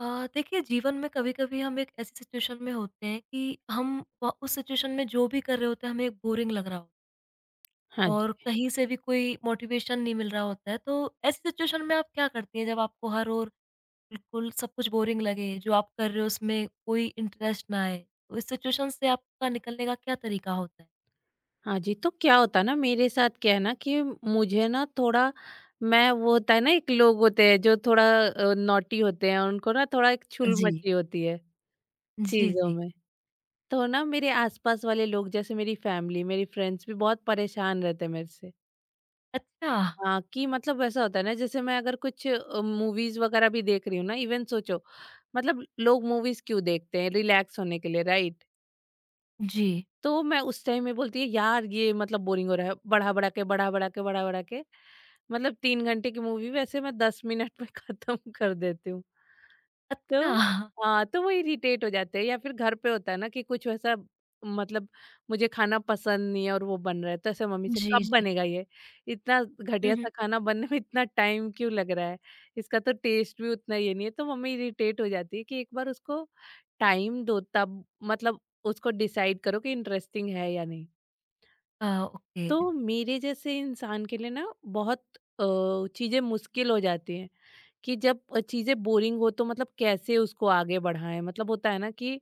देखिए जीवन में कभी-कभी हम एक ऐसी सिचुएशन में होते हैं कि हम व उस सिचुएशन में जो भी कर रहे होते हैं हमें एक बोरिंग लग रहा होता है हाँ जी, और कहीं से भी कोई मोटिवेशन नहीं मिल रहा होता है। तो ऐसी सिचुएशन में आप क्या करती हैं जब आपको हर ओर बिल्कुल सब कुछ बोरिंग लगे, जो आप कर रहे हो उसमें कोई इंटरेस्ट ना आए? तो इस सिचुएशन से आपका निकलने का क्या तरीका होता है? हाँ जी। तो क्या होता है ना, मेरे साथ क्या है ना कि मुझे ना थोड़ा, मैं वो होता है ना, एक लोग होते हैं जो थोड़ा नॉटी होते हैं। उनको ना थोड़ा एक छुल जी। मची होती है जी, चीज़ों जी। में। तो ना मेरे आसपास वाले लोग जैसे मेरी फैमिली, मेरी फ्रेंड्स भी बहुत परेशान रहते हैं मेरे से। अच्छा। हाँ, कि मतलब ऐसा होता है ना, जैसे मैं अगर कुछ मूवीज़ वगैरह भी देख रही हूँ ना, इवन सोचो, मतलब लोग मूवीज़ क्यों देखते हैं? रिलैक्स होने के लिए, राइट? जी। तो मैं उस टाइम में बोलती है, यार ये मतलब बोरिंग हो रहा है। बढ़ा बढ़ा के, बढ़ा बढ़ा के, बढ़ा बढ़ा के, मतलब 3 घंटे की मूवी वैसे मैं 10 मिनट में खत्म कर देती हूँ। अच्छा। तो हाँ, तो वो इरिटेट हो जाते हैं। या फिर घर पे होता है ना कि कुछ वैसा, मतलब मुझे खाना पसंद नहीं है और वो बन रहा है, तो ऐसे मम्मी से, जी, कब जी। बनेगा ये? इतना घटिया सा खाना बनने में इतना टाइम क्यों लग रहा है? इसका तो टेस्ट भी उतना ये नहीं है। तो मम्मी इरिटेट हो जाती है कि एक बार उसको टाइम दो, तब मतलब उसको डिसाइड करो कि इंटरेस्टिंग है या नहीं। ओके। तो मेरे जैसे इंसान के लिए ना बहुत चीजें मुश्किल हो जाती हैं, कि जब चीजें बोरिंग हो तो मतलब कैसे उसको आगे बढ़ाएं? मतलब होता है ना कि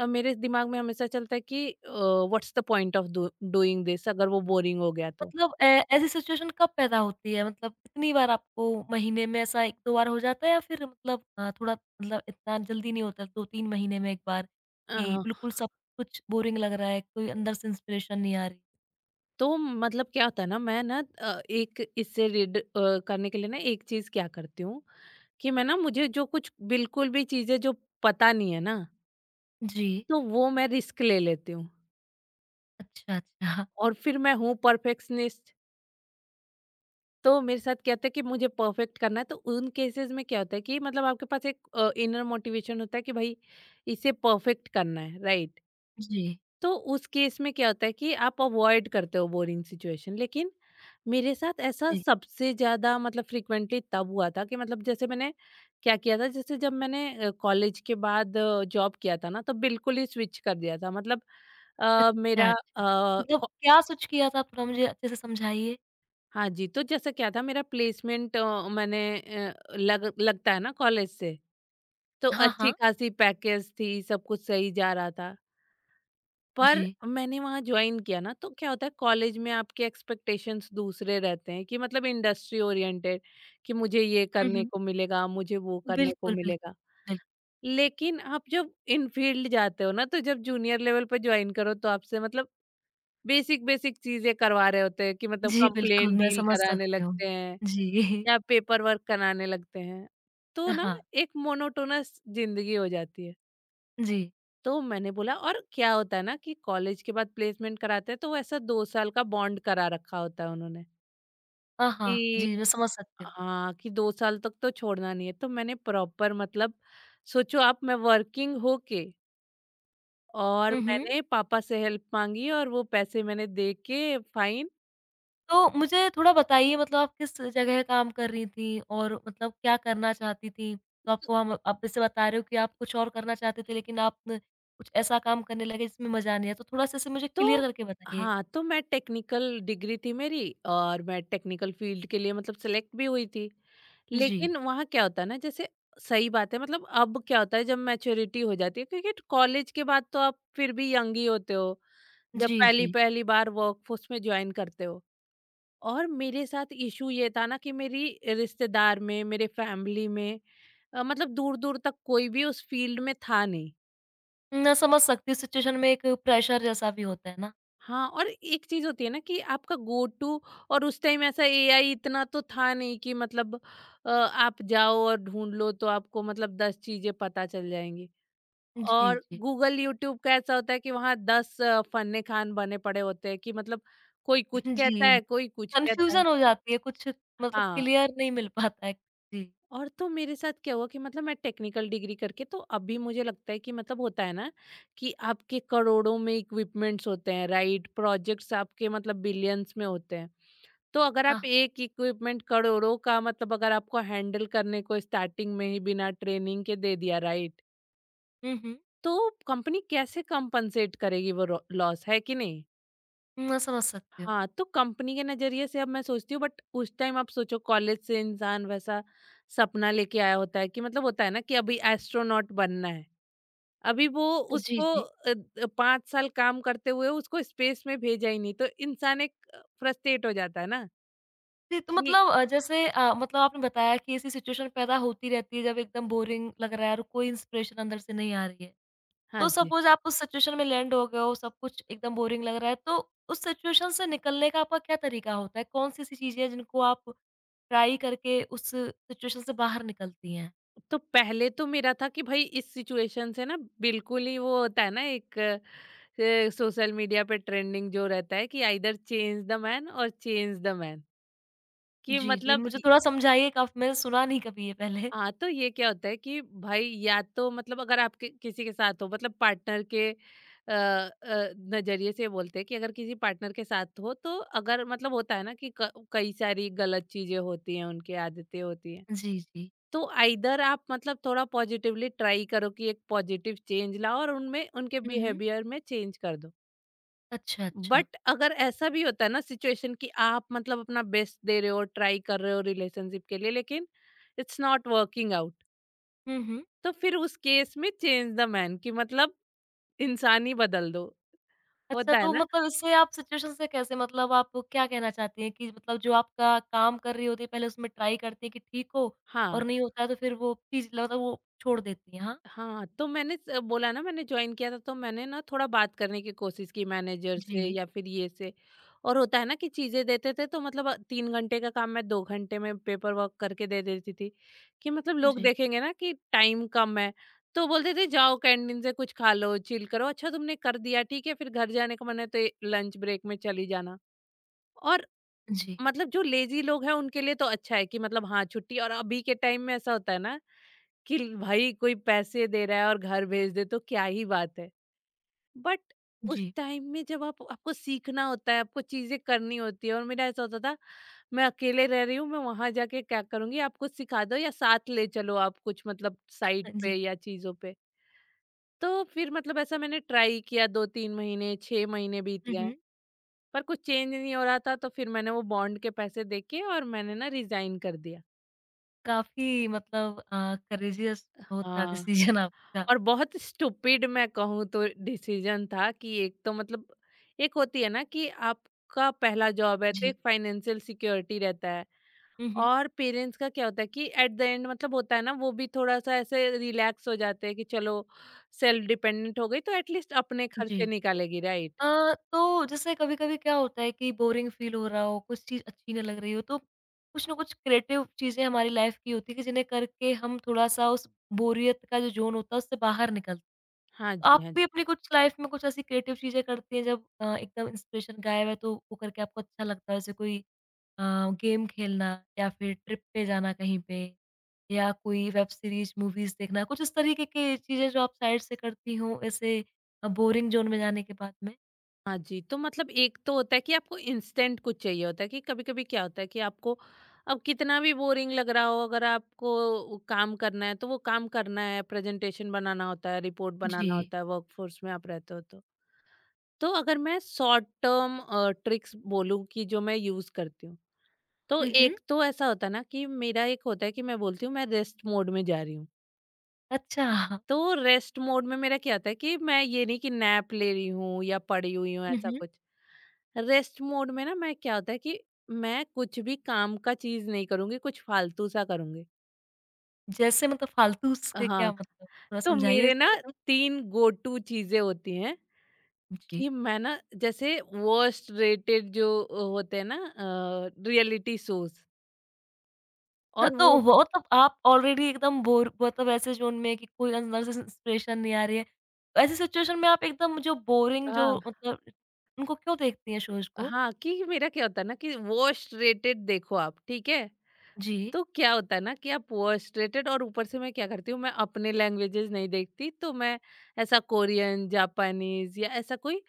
मेरे दिमाग में हमेशा चलता है कि what's the point of doing this, अगर वो बोरिंग हो गया तो। मतलब ए ऐसी सिचुएशन कब पैदा होती है? मतलब कितनी बार आपको महीने में ऐसा 1-2 बार हो जाता है या फिर मतलब थोड़ा मतलब इतना जल्दी नहीं होता 2-3 महीने में 1 बार कि अ, बिल्कुल सब कुछ बोरिंग लग रहा है, कोई अंदर से इंस्पिरेशन नहीं आ रही? तो मतलब क्या होता है ना, मैं ना एक इससे रीड करने के लिए ना एक चीज क्या करती हूँ कि मैं ना, मुझे जो कुछ बिल्कुल भी चीजें जो पता नहीं है ना, जी। तो वो मैं रिस्क ले लेती हूँ। अच्छा, अच्छा। और फिर मैं हूँ परफेक्शनिस्ट। तो मेरे साथ क्या होता है कि मुझे परफेक्ट करना है। तो उन केसेस में क्या होता है कि मतलब आपके पास एक इनर मोटिवेशन होता है कि भाई, इसे परफेक्ट करना है, राइट। जी, तो उस केस में क्या होता है कि आप अवॉइड करते हो बोरिंग सिचुएशन। लेकिन मेरे साथ ऐसा जी। सबसे ज्यादा, मतलब फ्रिक्वेंटली तब हुआ था, कि मतलब जैसे मैंने क्या किया था, जैसे जब मैंने कॉलेज के बाद जॉब किया था ना, तो बिल्कुल ही स्विच कर दिया था। मतलब अच्छा, मेरा, अच्छा। मतलब क्या स्विच किया था? थोड़ा मुझे अच्छे से समझाइए। हाँ जी, तो जैसा क्या था, मेरा प्लेसमेंट, मैंने अ, लग लगता है ना कॉलेज से, तो हाँ, अच्छी हाँ। खासी पैकेज थी, सब कुछ सही जा रहा था। पर जी। मैंने वहाँ जॉइन किया ना, तो क्या होता है, कॉलेज में आपके एक्सपेक्टेशंस दूसरे रहते हैं, कि मतलब इंडस्ट्री ओरिएंटेड, कि मुझे ये हुँ, करने हुँ। को मिलेगा, मुझे वो करने को बिल्कुल, बिल्कुल, मिलेगा। बिल्कुल। लेकिन आप जब इन फील्ड जाते हो ना, तो जब जूनियर लेवल पे जॉइन करो, तो आपसे मतलब बेसिक-बेसिक चीज़ें करवा रहे होते हैं, कि मतलब जी, बिल्कुल कंप्लेंट मैं डील समझ कराने सकती हूँ। लगते हैं। जी। या पेपर वर्क कराने लगते हैं। तो ना हाँ। एक मोनोटोनस जिंदगी हो जाती है। जी। तो मैंने बोला, और क्या होता है ना कि कॉलेज के बाद प्लेसमेंट कराते हैं, तो वो ऐसा 2 साल का बॉन्ड करा रखा होता है उन्होंने, हाँ, हाँ। कि जी, मैं समझ सकती हूँ। हाँ कि 2 साल तक तो छोड़ना नहीं है। तो मैंने प्रॉपर, मतलब सोचो आप, मैं वर्किंग होके, और हुँ, हुँ। मैंने पापा से हेल्प मांगी, और वो पैसे मैंने दे के फाइन। तो मुझे थोड़ा बताइए मतलब आप किस जगह काम कर रही थी और मतलब क्या करना चाहती थी? तो आपको हम आप जैसे बता रहे हो कि आप कुछ और करना चाहते थे लेकिन आप कुछ ऐसा काम करने लगे जिसमें मज़ा नहीं आया, तो थोड़ा-सा इसे मुझे तो क्लियर करके बताइए। हाँ, तो मैं टेक्निकल डिग्री थी मेरी, और मैं टेक्निकल फील्ड के लिए मतलब सेलेक्ट भी हुई थी। जी। लेकिन वहाँ क्या होता है ना, जैसे सही बात है मतलब, अब क्या होता है जब मैच्योरिटी हो जाती है, क्योंकि कॉलेज के बाद तो आप फिर भी यंग ही होते हो, जब जी, जी। पहली-पहली बार वर्कफोर्स में जॉइन करते हो। और मेरे साथ इश्यू ये था ना कि मेरी रिश्तेदार में, मेरे फैमिली में मतलब दूर-दूर तक कोई भी उस फील्ड में था नहीं। मैं समझ सकती हूँ सिचुएशन में एक प्रेशर जैसा भी होता है ना। हाँ, और एक चीज़ होती है ना कि आपका गो टू, और उस टाइम ऐसा एआई इतना तो था नहीं कि मतलब आप जाओ और ढूँढ लो तो आपको मतलब 10 चीज़ें पता चल जाएँगी। जी, और जी। गूगल, यूट्यूब का ऐसा होता है कि वहाँ 10 फन्ने-खान बने पड़े होते हैं, कि मतलब कोई कुछ कहता जी, है, कोई कुछ कहता है। कन्फ्यूज़न हो जाती है कुछ मतलब हाँ, क्लियर नहीं मिल पाता है। जी, और तो मेरे साथ क्या हुआ कि मतलब मैं टेक्निकल डिग्री करके, तो अभी मुझे लगता है कि मतलब होता है ना कि आपके करोड़ों में इक्विपमेंट्स होते हैं, राइट? प्रोजेक्ट्स आपके मतलब बिलियंस में होते हैं। तो अगर हाँ। आप एक इक्विपमेंट करोड़ों का, मतलब अगर आपको हैंडल करने को स्टार्टिंग में ही बिना ट्रेनिंग के दे दिया राइट, हुँ, हुँ। तो कंपनी कैसे कंपनसेट करेगी, वो लॉस है कि नहीं? मैं समझ सकती हूँ। हाँ, तो कंपनी के नजरिए से अब मैं सोचती हूँ, बट उस टाइम आप सोचो, कॉलेज से इंसान वैसा सपना लेके आया होता है कि मतलब होता है ना कि अभी एस्ट्रोनॉट बनना है, अभी वो जी, उसको, जी। 5 साल काम करते हुए उसको स्पेस में भेजा ही नहीं, तो इंसान एक फ्रस्ट्रेट हो जाता है ना जी, तो कि। मतलब जैसे मतलब आपने बताया कि ऐसी सिचुएशन पैदा होती रहती है जब एकदम बोरिंग लग रहा है और कोई इंस्पिरेशन अंदर से नहीं आ रही है। हाँ, तो सपोज़ आप उस सिचुएशन में लैंड हो गए हो, सब कुछ एकदम बोरिंग लग रहा है, तो उस सिचुएशन से निकलने का आपका क्या तरीका होता है? कौन-सी ऐसी चीज़ें हैं जिनको आप ट्राई करके उस सिचुएशन से बाहर निकलती हैं? तो पहले तो मेरा था कि भाई इस सिचुएशन से ना, बिल्कुल ही वो होता है ना, एक सोशल मीडिया पे ट्रेंडिंग जो रहता है कि आइदर चेंज द मैन और चेंज द मैन, कि जी, जी, मतलब मुझे थोड़ा समझाइए काफ़ी मैंने सुना नहीं कभी ये पहले। हाँ, तो ये क्या होता है कि भाई या तो मतलब अगर आपके किसी के साथ हो, मतलब पार्टनर के नजरिए से बोलते हैं कि, अगर किसी पार्टनर के साथ हो, तो अगर मतलब होता है ना कि कई सारी गलत चीजें होती हैं, उनकी आदतें होती हैं। जी, जी। तो आइदर आप मतलब थोड़ा पॉजिटिवली ट्राई करो कि एक पॉजिटिव चेंज लाओ और उनमें, उनके हुँ, हुँ। बिहेवियर में चेंज कर दो। अच्छा, अच्छा। बट अगर ऐसा भी होता है ना सिचुएशन कि आप मतलब अपना बेस्ट दे रहे हो, ट्राई कर रहे हो रिलेशनशिप के लिए, लेकिन इट्स नॉट वर्किंग आउट, हुँ, हुँ। तो फिर उस केस में चेंज द मैन, कि मतलब इंसान ही बदल दो, अच्छा, होता है तो ना। मतलब इससे आप सिचुएशन से कैसे मतलब आप क्या कहना चाहती हैं कि मतलब जो आपका काम कर रही होती है, पहले उसमें ट्राई करती हैं कि ठीक हो हाँ, और नहीं होता है तो फिर वो चीज़ मतलब वो छोड़ देती हैं, हाँ? हाँ, तो मैंने स बोला ना, मैंने जॉइन किया था तो मैंने ना थोड़ा बात करने की कोशिश की मैनेजर से जी, या फिर ये से। और होता है ना कि चीज़ें देते थे, तो मतलब 3 घंटे का काम मैं 2 घंटे में पेपर वर्क करके दे देती थी, कि मतलब लोग जी, देखेंगे ना कि टाइम कम है। तो बोलते थे जाओ कैंटीन से कुछ खा लो, चिल करो। अच्छा, तुमने कर दिया ठीक है, फिर घर जाने का मन है तो ए लंच ब्रेक में चली जाना। और जी, मतलब जो लेज़ी लोग हैं उनके लिए तो अच्छा है कि मतलब, हाँ, छुट्टी। और अभी के टाइम में ऐसा होता है ना कि भाई कोई पैसे दे रहा है और घर भेज दे, तो क्या ही बात है। बट उस जी। टाइम में, जब आप, आपको सीखना होता है, आपको चीजें करनी होती है, और मेरा ऐसा होता था, मैं अकेले रह रही हूँ, मैं वहां जाके क्या करूंगी? आप कुछ सिखा दो या साथ ले चलो, आप कुछ मतलब साइट हाँ पे जी। या चीजों पे। तो फिर मतलब ऐसा मैंने ट्राई किया, 2-3 महीने, 6 महीने बीत हुँ, गए, हुँ। पर कुछ चेंज नहीं हो रहा था। तो फिर मैंने वो बॉन्ड के पैसे देके, और मैंने ना रिजाइन कर दिया। काफ़ी मतलब करेजियस बहुत था हाँ। डिसीजन आपका। और बहुत स्टूपिड मैं कहूँ तो डिसीजन था, कि एक तो मतलब, एक होती है ना कि आपका पहला जॉब है, तो जी। एक फाइनेंशियल सिक्योरिटी रहता है। हुँ, हुँ। और पेरेंट्स का क्या होता है कि एट द एंड मतलब होता है ना, वो भी थोड़ा सा ऐसे रिलैक्स हो जाते हैं कि चलो सेल्फ डिपेंडेंट हो गई, तो एटलीस्ट अपने जी। खर्चे निकालेगी, राइट। तो जैसे कभी-कभी क्या होता है कि बोरिंग फ़ील हो रहा हो, कुछ चीज़ अच्छी ना लग रही हो, तो कुछ ना कुछ क्रिएटिव चीज़ें हमारी लाइफ़ की होती है कि जिन्हें करके हम थोड़ा-सा उस बोरियत का जो ज़ोन होता है, उससे बाहर निकल हाँ जी, आप हाँ भी जी, अपनी कुछ लाइफ़ में कुछ ऐसी क्रिएटिव चीज़ें करती हैं जब एकदम इंस्पिरेशन गायब है, तो वो करके आपको अच्छा लगता है? जैसे कोई अ, गेम खेलना या फिर ट्रिप पे जाना कहीं पे या कोई वेब सीरीज़, मूवीज़ देखना, कुछ इस तरीके की चीज़ें जो आप साइड से करती हों, ऐसे बोरिंग ज़ोन में जाने के बाद में? हाँ जी, तो मतलब एक तो होता है कि आपको इंस्टेंट कुछ चाहिए होता है, कि कभी-कभी क्या होता है कि आपको, अब कितना भी बोरिंग लग रहा हो, अगर आपको काम करना है, तो वो काम करना है, प्रेज़ेंटेशन बनाना होता है, रिपोर्ट बनाना जी। होता है, वर्कफ़ोर्स में आप रहते हो तो। तो अगर मैं शॉर्ट टर्म ट्रिक्स बोलूँ कि जो मैं यूज़ करती हूँ, तो हुँ, हुँ। एक तो ऐसा होता है ना कि मेरा एक होता है कि मैं बोलती हूँ, मैं रेस्ट मोड में जा रही हूँ। अच्छा। तो रेस्ट मोड में मेरा क्या होता है कि मैं ये नहीं कि नैप ले रही हूँ या पड़ी हुई हूँ, हुँ, ऐसा हुँ। कुछ। रेस्ट मोड में ना मैं क्या होता है कि मैं कुछ भी काम का चीज़ नहीं करूँगी, कुछ फालतू सा करूँगी। जैसे मतलब फालतू से हाँ, क्या मतलब? थोड़ा तो समझाइए मेरे इसका ना मतलब? 3 गो टू चीज़ें होती हैं जी। कि मैं ना जैसे वर्स्ट रेटेड जो होते हैं ना, रियलिटी शोज़ हाँ, और तो वो। वो तो आप ऑलरेडी एकदम बोर मतलब ऐसे ज़ोन में है कि कोई अंदर से इंस्पिरेशन नहीं आ रही है। ऐसी सिचुएशन में आप एकदम जो बोरिंग जो हाँ, मतलब उनको क्यों देखती हैं शोज़ को? हाँ, कि मेरा क्या होता है ना कि वर्स्ट रेटेड देखो आप, ठीक है? जी। तो क्या होता है ना कि आप फ्रस्ट्रेटेड। और ऊपर से मैं क्या करती हूँ, मैं अपने लैंग्वेजेस नहीं देखती, तो मैं ऐसा कोरियन, जापानीज या ऐसा कोई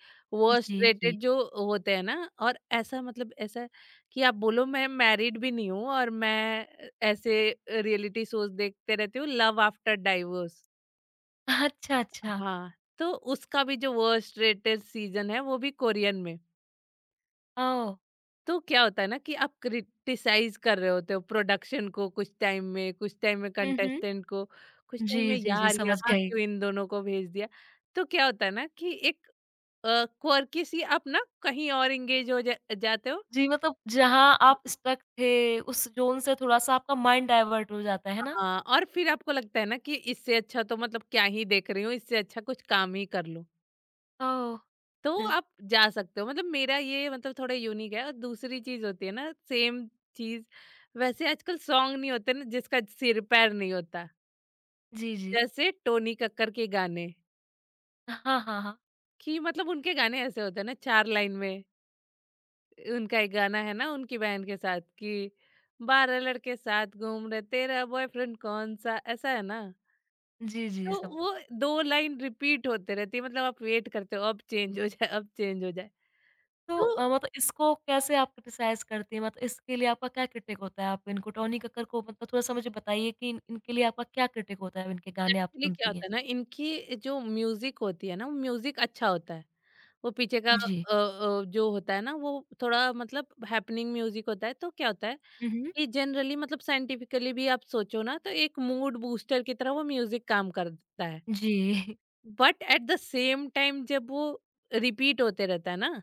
जी, जी। फ्रस्ट्रेटेड जो होते हैं ना, और ऐसा मतलब ऐसा कि आप बोलो मैं मैरिड भी नहीं हूँ और मैं ऐसे रियलिटी शोज देखते रहती हूँ, लव आफ्टर डाइवोर्स। अच्छा, अच्छा। हाँ, तो उसका भी जो फ्रस्ट्रेटेड सीजन है वो भी कोरियन में। ओह! तो क्या होता है ना कि आप क्रिटिसाइज कर रहे होते हो प्रोडक्शन को, कुछ टाइम में हुँ, हुँ। कंटेस्टेंट को, कुछ टाइम में जी, जी, जी, यार समझ यहाँ गई। क्यों इन दोनों को भेज दिया। तो क्या होता है ना कि एक क्वर्की सी आप ना कहीं और एंगेज हो जाते हो। जी, मतलब जहाँ आप हम्म। स्टक थे उस ज़ोन से थोड़ा-सा आपका माइंड डाइवर्ट हो जाता है ना? हाँ, और फिर आपको लगता है ना कि इससे अच्छा तो मतलब क्या ही देख रही हूँ, इससे अच्छा कुछ काम ही कर लूँ। ओह! तो आप जा सकते हो, मतलब मेरा ये मतलब थोड़ा यूनिक है। और दूसरी चीज होती है ना सेम चीज, वैसे आजकल सॉन्ग नहीं होते ना जिसका सिर पैर नहीं होता, जी, जी। जैसे टोनी कक्कर के गाने। हाँ, हाँ, हाँ। कि मतलब उनके गाने ऐसे होते हैं ना 4 लाइन में। उनका एक गाना है ना उनकी बहन के साथ कि 12 लड़के साथ घूम रहे तेरा बॉयफ्रेंड कौन सा, ऐसा है ना। जी, जी, तो समझ वो 2 लाइन रिपीट होते रहती है, मतलब आप वेट करते हो अब चेंज हो जाए अब चेंज हो जाए। तो तो मतलब इसको कैसे आप क्रिटिसाइज़ करती हैं? मतलब इसके लिए आपका क्या क्रिटिक होता है? आप इनको टोनी कक्कड़ को मतलब थोड़ा-सा मुझे बताइए कि इन इनके लिए आपका क्या क्रिटिक होता है? इनके गाने आप एक्चुअली क्या सुनती हैं? होता है ना, इनकी जो म्यूजिक होती है ना वो म्यूजिक अच्छा होता है। वो पीछे का जी। जो होता है ना वो थोड़ा मतलब हैपनिंग म्यूजिक होता है। तो क्या होता है हुँ, हुँ। कि जनरली मतलब साइंटिफिकली भी आप सोचो ना, तो एक मूड बूस्टर की तरह वो म्यूजिक काम करता है। जी। But at the same time जब वो रिपीट होते रहता है ना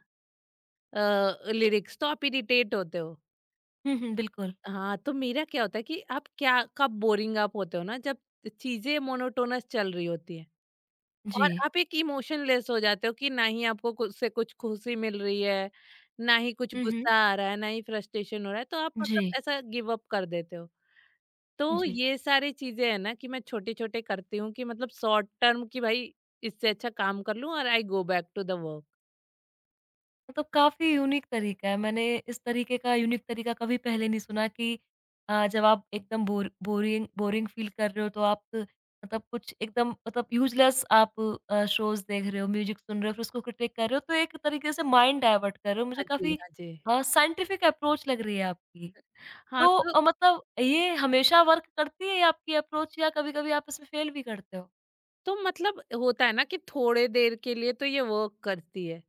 लिरिक्स, तो आप इरिटेट होते हो। हुँ, हुँ, बिल्कुल। हाँ, तो मेरा क्या होता है कि आप क्या कब बोरिंग आप होते हो ना, जब चीजें मोनोटोनस चल रही होती है जी। और आप एक इमोशनलेस हो जाते हो, कि ना ही आपको कुछ से कुछ खुशी मिल रही है, ना ही कुछ हुँ, हुँ। गुस्सा आ रहा है, ना ही फ्रस्ट्रेशन हो रहा है, तो आप मतलब जी, ऐसा गिव अप कर देते हो। तो जी। ये सारी चीजें है ना कि मैं छोटे-छोटे करती हूँ कि मतलब शॉर्ट टर्म की, भाई इससे अच्छा काम कर लूँ, और I go back to the work. मतलब काफ़ी यूनिक तरीका है। मैंने इस तरीके का यूनिक तरीका कभी पहले नहीं सुना कि जब आप एकदम बोरिंग फ़ील कर रहे हो तो आप मतलब कुछ एकदम मतलब यूज़लेस आप शोज़ देख रहे हो, म्यूज़िक सुन रहे हो, फिर उसको क्रिटिक कर रहे हो, तो एक तरीके से माइंड डायवर्ट कर रहे हो। मुझे हाँ जी, काफ़ी हाँ जी। साइंटिफ़िक अप्रोच लग रही है आपकी। हाँ, तो मतलब ये हमेशा वर्क करती है ये आपकी अप्रोच या कभी-कभी आप इसमें फ़ेल भी करते हो? तो मतलब होता है ना कि थोड़े देर के लिए तो ये वर्क करती है।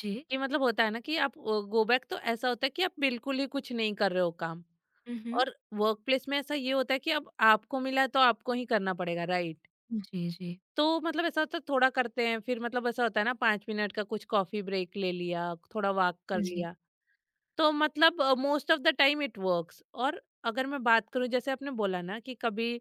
जी। कि मतलब होता है ना कि आप गो बैक, तो ऐसा होता है कि आप बिल्कुल ही कुछ नहीं कर रहे हो काम, हुँ, हुँ। और वर्क प्लेस में ऐसा ये होता है कि अब आपको मिला है तो आपको ही करना पड़ेगा, राइट? जी, जी। तो मतलब ऐसा होता है थोड़ा करते हैं, फिर मतलब ऐसा होता है ना 5 मिनट का कुछ कॉफी ब्रेक ले लिया, थोड़ा वॉक कर जी, लिया। तो मतलब most of the time it works. और अगर मैं बात करूं, जैसे आपने बोला ना कि कभी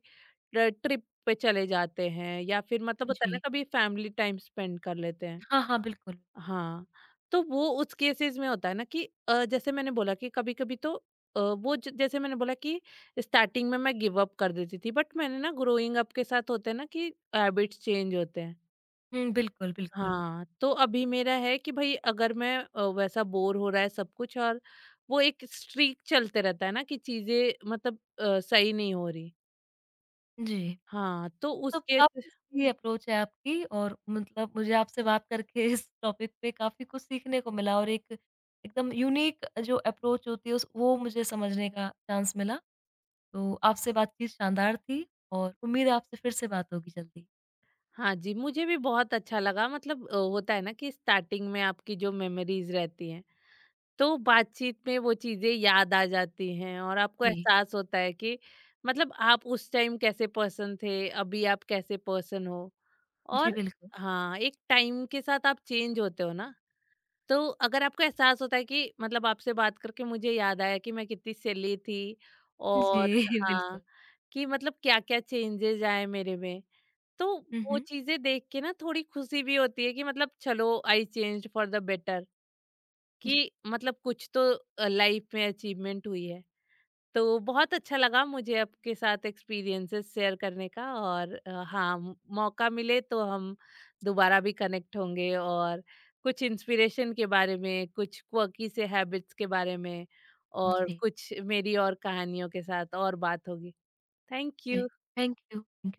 ट्रिप पे चले जाते हैं, या फिर मतलब होता है ना जी। कभी फैमिली टाइम स्पेंड कर लेते हैं। हाँ, हाँ, बिल्कुल। हाँ, तो वो उस केसेस में होता है ना कि जैसे मैंने बोला कि कभी कभी तो जैसे मैंने बोला कि स्टार्टिंग में मैं गिव अप कर देती थी, बट मैंने ना ग्रोइंग अप के साथ होते हैं ना कि हैबिट्स चेंज होते हैं। हुँ, बिल्कुल, बिल्कुल। हाँ, तो अभी मेरा है कि भई अगर मैं, वैसा बोर हो रहा है सब कुछ और वो एक स्ट्रीक चलते रहता है ना कि चीज़ें मतलब सही नहीं हो रही। जी। हाँ, तो तो उसके, काफ़ी सही अप्रोच है आपकी और मतलब मुझे आपसे बात करके इस टॉपिक पे काफ़ी कुछ सीखने को मिला और एक एकदम यूनिक जो अप्रोच होती है उस वो मुझे समझने का चांस मिला। तो आपसे बातचीत शानदार थी और उम्मीद है आपसे फिर से बात होगी जल्दी। हाँ जी, मुझे भी बहुत अच्छा लगा। मतलब होता है ना कि स्टार्टिंग में आपकी जो मेमोरीज़ रहती हैं, तो बातचीत में वो चीज़ें याद आ जाती हैं, और आपको जी। एहसास होता है कि मतलब आप उस टाइम कैसे पर्सन थे, अभी आप कैसे पर्सन हो। जी, और बिल्कुल। हाँ, एक टाइम के साथ आप चेंज होते हो ना। तो अगर आपको एहसास होता है कि मतलब आपसे बात करके मुझे याद आया कि मैं कितनी सिली थी। जी, और हाँ, बिल्कुल। कि मतलब क्या-क्या चेंजेस आए मेरे में, तो हुँ, वो हुँ। चीज़ें देख के ना थोड़ी खुशी भी होती है कि मतलब चलो I changed for the better, जी, कि मतलब कुछ तो लाइफ में अचीवमेंट हुई है। तो बहुत अच्छा लगा मुझे आपके साथ एक्सपीरियंसेस शेयर करने का। और हाँ, मौका मिले तो हम दोबारा भी कनेक्ट होंगे, और कुछ इंस्पिरेशन के बारे में, कुछ क्वकी से हैबिट्स के बारे में, और जी, कुछ मेरी और कहानियों के साथ और बात होगी। थैंक जी। यू। Thank you. थैंक